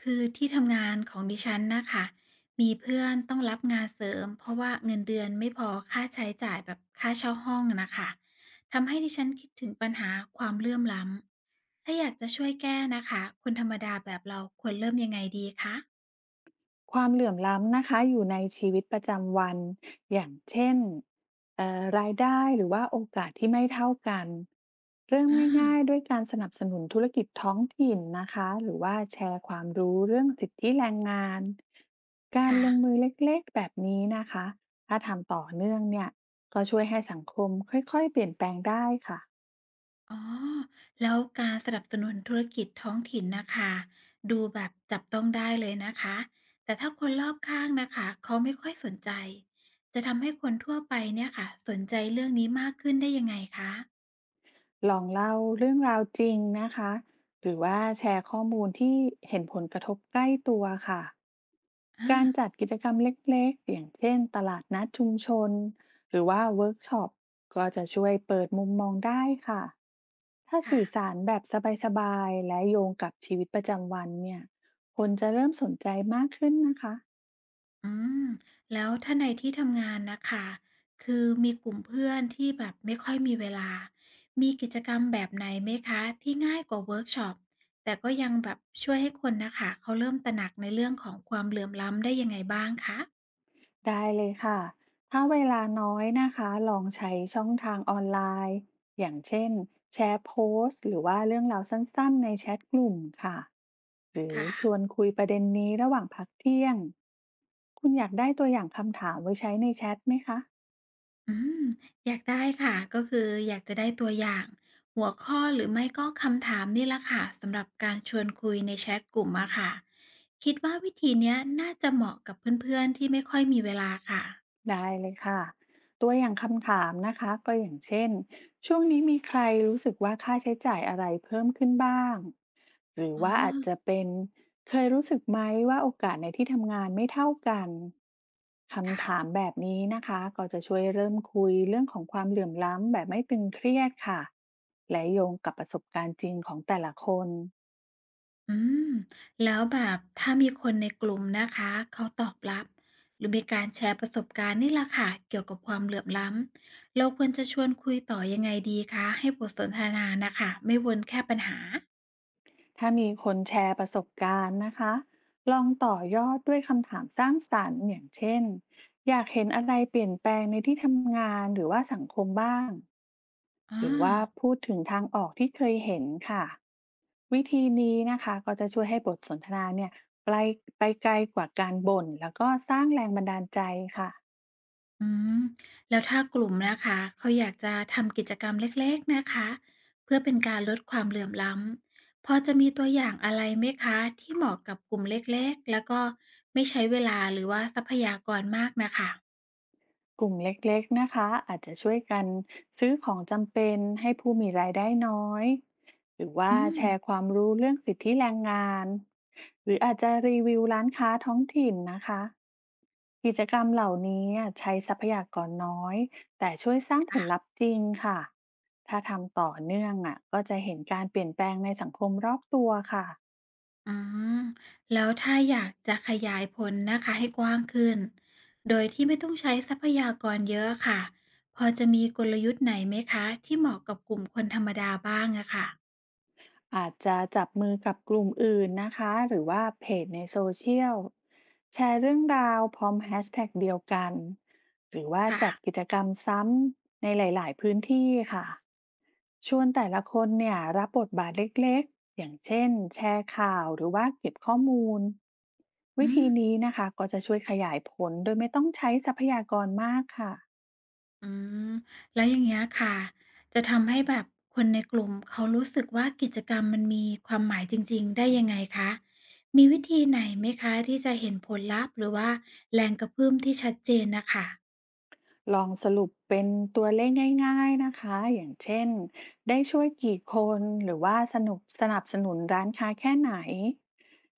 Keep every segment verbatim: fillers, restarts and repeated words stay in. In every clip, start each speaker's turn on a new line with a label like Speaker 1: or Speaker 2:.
Speaker 1: คือที่ทำงานของดิฉันนะคะมีเพื่อนต้องรับงานเสริมเพราะว่าเงินเดือนไม่พอค่าใช้จ่ายแบบค่าเช่าห้องนะคะทำให้ดิฉันคิดถึงปัญหาความเหลื่อมล้ำถ้าอยากจะช่วยแก้นะคะคนธรรมดาแบบเราควรเริ่มยังไงดีคะ
Speaker 2: ความเหลื่อมล้ำนะคะอยู่ในชีวิตประจำวันอย่างเช่นเอ่อรายได้หรือว่าโอกาสที่ไม่เท่ากันเริ่ม
Speaker 1: อ่
Speaker 2: ง่าย
Speaker 1: า
Speaker 2: ๆด้วยการสนับสนุนธุรกิจท้องถิ่นนะคะหรือว่าแชร์ความรู้เรื่องสิทธิแรงงานการ
Speaker 1: ค่ะ
Speaker 2: ลงมือเล็กๆแบบนี้นะคะถ้าทำต่อเนื่องเนี่ยก็ช่วยให้สังคมค่อยๆเปลี่ยนแปลงได้ค่ะ
Speaker 1: อ๋อแล้วการสนับสนุนธุรกิจท้องถิ่นนะคะดูแบบจับต้องได้เลยนะคะแต่ถ้าคนรอบข้างนะคะเขาไม่ค่อยสนใจจะทำให้คนทั่วไปเนี่ยค่ะสนใจเรื่องนี้มากขึ้นได้ยังไงคะ
Speaker 2: ลองเล่าเรื่องราวจริงนะคะหรือว่าแชร์ข้อมูลที่เห็นผลกระทบใกล้ตัวค่ะ
Speaker 1: อา
Speaker 2: การจัดกิจกรรมเล็กๆอย่างเช่นตลาดนัดชุมชนหรือว่าเวิร์กช็อปก็จะช่วยเปิดมุมมองได้ค่ะถ้า
Speaker 1: ค่ะ
Speaker 2: สื่อสารแบบสบายๆและโยงกับชีวิตประจำวันเนี่ยคนจะเริ่มสนใจมากขึ้นนะคะ
Speaker 1: อืมแล้วถ้าในที่ทำงานนะคะคือมีกลุ่มเพื่อนที่แบบไม่ค่อยมีเวลา มีกิจกรรมแบบไหนไหมคะที่ง่ายกว่าเวิร์กช็อปแต่ก็ยังแบบช่วยให้คนนะคะเขาเริ่มตระหนักในเรื่องของความเหลื่อมล้ำได้ยังไงบ้างคะ
Speaker 2: ได้เลยค่ะ ถ้าเวลาน้อยนะคะ ลองใช้ช่องทางออนไลน์ อย่างเช่นแชร์โพสต์หรือว่าเรื่องราวสั้น ๆ ในแชทกลุ่มค่ะ หรือ
Speaker 1: ค่ะ
Speaker 2: ชวนคุยประเด็นนี้ระหว่างพักเที่ยง คุณอยากได้ตัวอย่างคำถามไว้ใช้ในแชทไหมคะ
Speaker 1: อืมอยากได้ค่ะก็คืออยากจะได้ตัวอย่างหัวข้อหรือไม่ก็คำถามนี่และค่ะสำหรับการชวนคุยในแชทกลุ่มอะค่ะ คิดว่าวิธีเนี้ยน่าจะเหมาะกับเพื่อนๆที่ไม่ค่อยมีเวลาค่ะ
Speaker 2: ได้เลยค่ะตัวอย่างคำถามนะคะก็อย่างเช่นช่วงนี้มีใครรู้สึกว่าค่าใช้จ่ายอะไรเพิ่มขึ้นบ้างหรือ
Speaker 1: อ๋
Speaker 2: ว่าอาจจะ
Speaker 1: อ
Speaker 2: เป็นเคยรู้สึกไหมว่าโอกาสในที่ทำงานไม่เท่ากัน
Speaker 1: ค่ะ
Speaker 2: คำถามแบบนี้นะคะก็จะช่วยเริ่มคุยเรื่องของความเหลื่อมล้ำแบบไม่ตึงเครียดค่ะและโยงกับประสบการณ์จริงของแต่ละคน
Speaker 1: อืมแล้วแบบถ้ามีคนในกลุ่มนะคะเขาตอบรับหรือมีการแชร์ประสบการณ์นี่แหละค่ะเกี่ยวกับความเหลื่อมล้ำเราควรจะชวนคุยต่อยังไงดีคะให้บทสนทนานะคะไม่วนแค่ปัญหา
Speaker 2: ถ้ามีคนแชร์ประสบการณ์นะคะ ลองต่อยอดด้วยคำถามสร้างสรรค์อย่างเช่นอยากเห็นอะไรเปลี่ยนแปลงในที่ทำงานหรือว่าสังคมบ้างห
Speaker 1: อา
Speaker 2: รือว่าพูดถึงทางออกที่เคยเห็นค่ะวิธีนี้นะคะก็จะช่วยให้บทสนทนาเนี่ยไปไปไกลกว่าการบ่นแล้วก็สร้างแรงบันดาลใจค่ะ
Speaker 1: อืมแล้วถ้ากลุ่มนะคะเขาอยากจะทำกิจกรรมเล็กๆนะคะเพื่อเป็นการลดความเหลื่อมล้ำพอจะมีตัวอย่างอะไรไหมคะที่เหมาะกับกลุ่มเล็กๆแล้วก็ไม่ใช้เวลาหรือว่าทรัพยากรมากนะคะ
Speaker 2: กลุ่มเล็กๆ นะคะอาจจะช่วยกันซื้อของจำเป็นให้ผู้มีรายได้น้อยหรือว่า
Speaker 1: อืม
Speaker 2: แชร์ความรู้เรื่องสิทธิแรงงานหรืออาจจะรีวิวร้านค้าท้องถิ่นนะคะกิจกรรมเหล่านี้ใช้ทรัพยากรน้อยแต่ช่วยสร้างผล
Speaker 1: ค่ะ
Speaker 2: ลัพธ์จริงค่ะถ้าทำต่อเนื่องอ่ะก็จะเห็นการเปลี่ยนแปลงในสังคมรอบตัวค่ะ
Speaker 1: อืมแล้วถ้าอยากจะขยายผลนะคะให้กว้างขึ้นโดยที่ไม่ต้องใช้ทรัพยากรเยอะอะค่ะพอจะมีกลยุทธ์ไหนไหมคะที่เหมาะกับกลุ่มคนธรรมดาบ้างอะค่ะ
Speaker 2: อาจจะจับมือกับกลุ่มอื่นนะคะหรือว่าเพจในโซเชียลแชร์เรื่องราวพร้อมแฮชแท็กเดียวกันหรือว่า
Speaker 1: ค่ะ
Speaker 2: จัดกิจกรรมซ้ำในหลายๆพื้นที่ค่ะชวนแต่ละคนเนี่ยรับบทบาทเล็กๆ อย่างเช่นแชร์ข่าวหรือว่าเก็บข้อมูล
Speaker 1: อื
Speaker 2: วิ
Speaker 1: ม
Speaker 2: ธีนี้นะคะก็จะช่วยขยายผลโดยไม่ต้องใช้ทรัพยากรมากค่ะ
Speaker 1: อืมแล้วอย่างเงี้ยค่ะจะทำให้แบบคนในกลุ่มเขารู้สึกว่ากิจกรรมมันมีความหมายจริงๆได้ยังไงคะมีวิธีไหนไหมคะที่จะเห็นผลลัพธ์หรือว่าแรงกระเพื่อมที่ชัดเจนนะคะ
Speaker 2: ลองสรุปเป็นตัวเลขง่ายๆนะคะอย่างเช่น ได้ช่วยกี่คนหรือว่าสนุบสนับสนุนร้านค้าแค่ไหน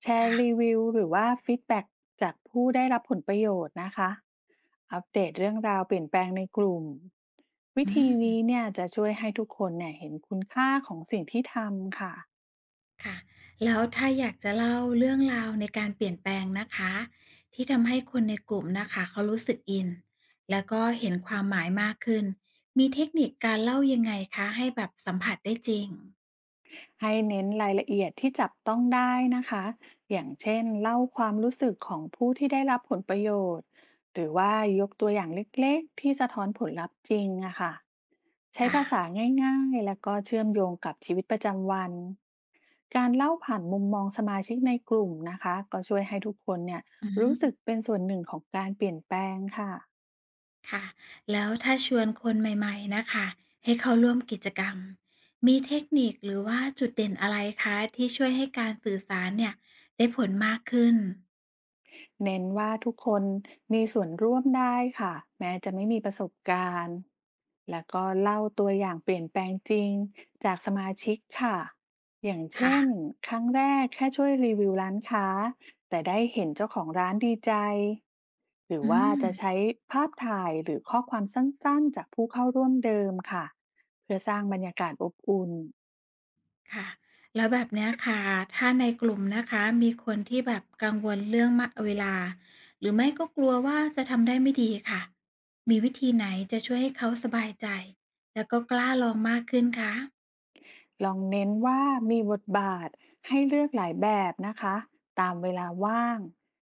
Speaker 2: แช
Speaker 1: ค่ะ
Speaker 2: ร์รีวิวหรือว่าฟีดแบ็กจากผู้ได้รับผลประโยชน์นะคะอัปเดตเรื่องราวเปลี่ยนแปลงในกลุ่ม วิ
Speaker 1: อื
Speaker 2: ธีนี้
Speaker 1: ม
Speaker 2: เนี่ยจะช่วยให้ทุกคนเนี่ยเห็นคุณค่าของสิ่งที่ทำค่ะ
Speaker 1: ค่ะแล้วถ้าอยากจะเล่าเรื่องราวในการเปลี่ยนแปลงนะคะที่ทำให้คนในกลุ่มนะคะเขารู้สึกอินแล้วก็เห็นความหมายมากขึ้นมีเทคนิคการเล่ายังไงคะให้แบบสัมผัสได้จริง
Speaker 2: ให้เน้นรายละเอียดที่จับต้องได้นะคะอย่างเช่นเล่าความรู้สึกของผู้ที่ได้รับผลประโยชน์ หรือว่ายกตัวอย่างเล็กๆที่สะท้อนผลลัพธ์จริงอะค่ะใช้
Speaker 1: ค่ะ
Speaker 2: ภาษาง่ายๆแล้วก็เชื่อมโยงกับชีวิตประจำวัน การเล่าผ่านมุมมองสมาชิกในกลุ่มนะคะก็ช่วยให้ทุกคนเนี่ย
Speaker 1: อื
Speaker 2: รู้สึก
Speaker 1: ม
Speaker 2: เป็นส่วนหนึ่งของการเปลี่ยนแปลงค่ะ
Speaker 1: ค่ะแล้วถ้าชวนคนใหม่ๆนะคะให้เข้าร่วมกิจกรรมมีเทคนิคหรือว่าจุดเด่นอะไรคะที่ช่วยให้การสื่อสารเนี่ยได้ผลมากขึ้น
Speaker 2: เน้นว่าทุกคนมีส่วนร่วมได้ค่ะแม้จะไม่มีประสบการณ์แล้วก็เล่าตัวอย่างเปลี่ยนแปลงจริงจากสมาชิกค่ะอย่าง
Speaker 1: ค่ะ
Speaker 2: เช่นครั้งแรกแค่ช่วยรีวิวร้านค้าแต่ได้เห็นเจ้าของร้านดีใจหรือ
Speaker 1: อื
Speaker 2: ว่า
Speaker 1: ม
Speaker 2: จะใช้ภาพถ่ายหรือข้อความสั้นๆจากผู้เข้าร่วมเดิมค่ะเพื่อสร้างบรรยากาศอบอุ่น
Speaker 1: ค่ะแล้วแบบเนี้ยค่ะถ้าในกลุ่มนะคะมีคนที่แบบกังวลเรื่องมะเวลาหรือไม่ก็กลัวว่าจะทำได้ไม่ดีค่ะมีวิธีไหนจะช่วยให้เขาสบายใจแล้วก็กล้าลองมากขึ้นคะ
Speaker 2: ลองเน้นว่ามีบทบาทให้เลือกหลายแบบนะคะตามเวลาว่าง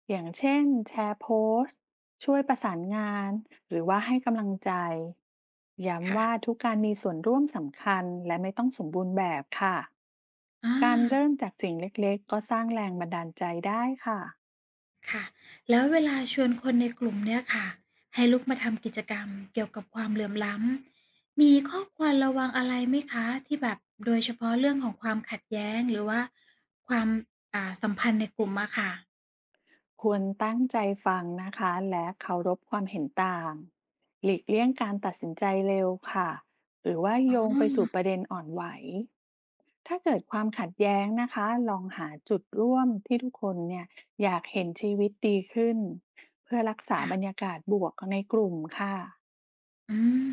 Speaker 2: อย่างเช่นแชร์โพสต์ช่วยประสานงานหรือว่าให้กำลังใจ ย้ำ
Speaker 1: ค่ะ
Speaker 2: ว่าทุกการมีส่วนร่วมสำคัญและไม่ต้องสมบูรณ์แบบค่ะ
Speaker 1: อ
Speaker 2: การ
Speaker 1: า
Speaker 2: เริ่มจากสิ่งเล็กๆก็สร้างแรงบันดาลใจได้ค่ะ
Speaker 1: ค่ะแล้วเวลาชวนคนในกลุ่มเนี่ยค่ะให้ลุกมาทำกิจกรรมเกี่ยวกับความเหลื่อมล้ำมีข้อควรระวังอะไรไหมคะที่แบบโดยเฉพาะเรื่องของความขัดแย้งหรือว่าความอ่าสัมพันธ์ในกลุ่มอะค่ะ
Speaker 2: ควรตั้งใจฟังนะคะและเคารพความเห็นต่างหลีกเลี่ยงการตัดสินใจเร็วค่ะหรือว่า
Speaker 1: อ๋
Speaker 2: โยงไปสู่ป
Speaker 1: อ
Speaker 2: ระเด็นอ่อนไหว ถ้าเกิดความขัดแย้งนะคะลองหาจุดร่วมที่ทุกคนเนี่ยอยากเห็นชีวิตดีขึ้นเพื่อรักษาบรร
Speaker 1: ค่ะ
Speaker 2: ยากาศบวกในกลุ่มค่ะ
Speaker 1: อืม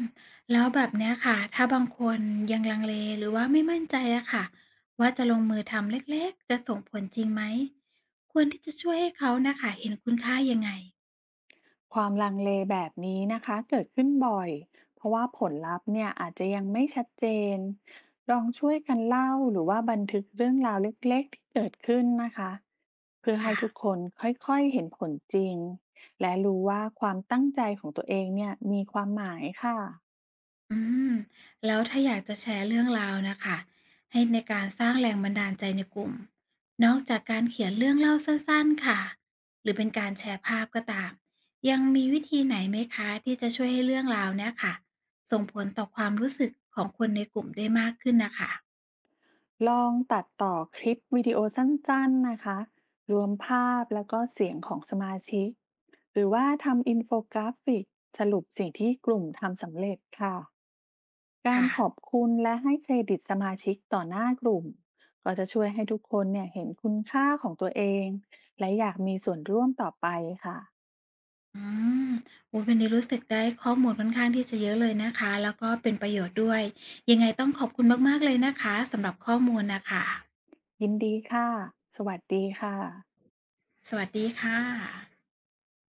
Speaker 1: แล้วแบบเนี้ยค่ะถ้าบางคนยังลังเลหรือว่าไม่มั่นใจอะค่ะว่าจะลงมือทำเล็กๆจะส่งผลจริงไหมควรที่จะช่วยให้เขาน่ะค่ะเห็นคุณค่ายังไง
Speaker 2: ความลังเลแบบนี้นะคะเกิดขึ้นบ่อยเพราะว่าผลลัพธ์เนี่ยอาจจะยังไม่ชัดเจนลองช่วยกันเล่าหรือว่าบันทึกเรื่องราวเล็กๆที่เกิดขึ้นนะคะเพื่อให้
Speaker 1: ค่ะ
Speaker 2: ทุกคนค่อยๆเห็นผลจริงและรู้ว่าความตั้งใจของตัวเองเนี่ยมีความหมายค่ะ
Speaker 1: อืมแล้วถ้าอยากจะแชร์เรื่องราวนะคะให้ในการสร้างแรงบันดาลใจในกลุ่มนอกจากการเขียนเรื่องเล่าสั้นๆค่ะหรือเป็นการแชร์ภาพก็ตามยังมีวิธีไหนไหมคะที่จะช่วยให้เรื่องราวเนี่ยค่ะส่งผลต่อความรู้สึกของคนในกลุ่มได้มากขึ้นนะคะ
Speaker 2: ลองตัดต่อคลิปวิดีโอสั้นๆนะคะ รวมภาพแล้วก็เสียงของสมาชิก หรือว่าทำอินโฟกราฟิกสรุปสิ่งที่กลุ่มทำสำเร็จค่ะ การ
Speaker 1: ค่ะ
Speaker 2: ขอบคุณและให้เครดิตสมาชิกต่อหน้ากลุ่มก็จะช่วยให้ทุกคนเนี่ยเห็นคุณค่าของตัวเองและอยากมีส่วนร่วมต่อไปค่ะ
Speaker 1: อืมโอ้ยวันนี้รู้สึกได้ข้อมูลค่อนข้างที่จะเยอะเลยนะคะแล้วก็เป็นประโยชน์ด้วยยังไงต้องขอบคุณมากๆเลยนะคะสำหรับข้อมูลนะคะ
Speaker 2: ยินดีค่ะ สวัสดีค่ะ
Speaker 1: สวัสดีค่ะ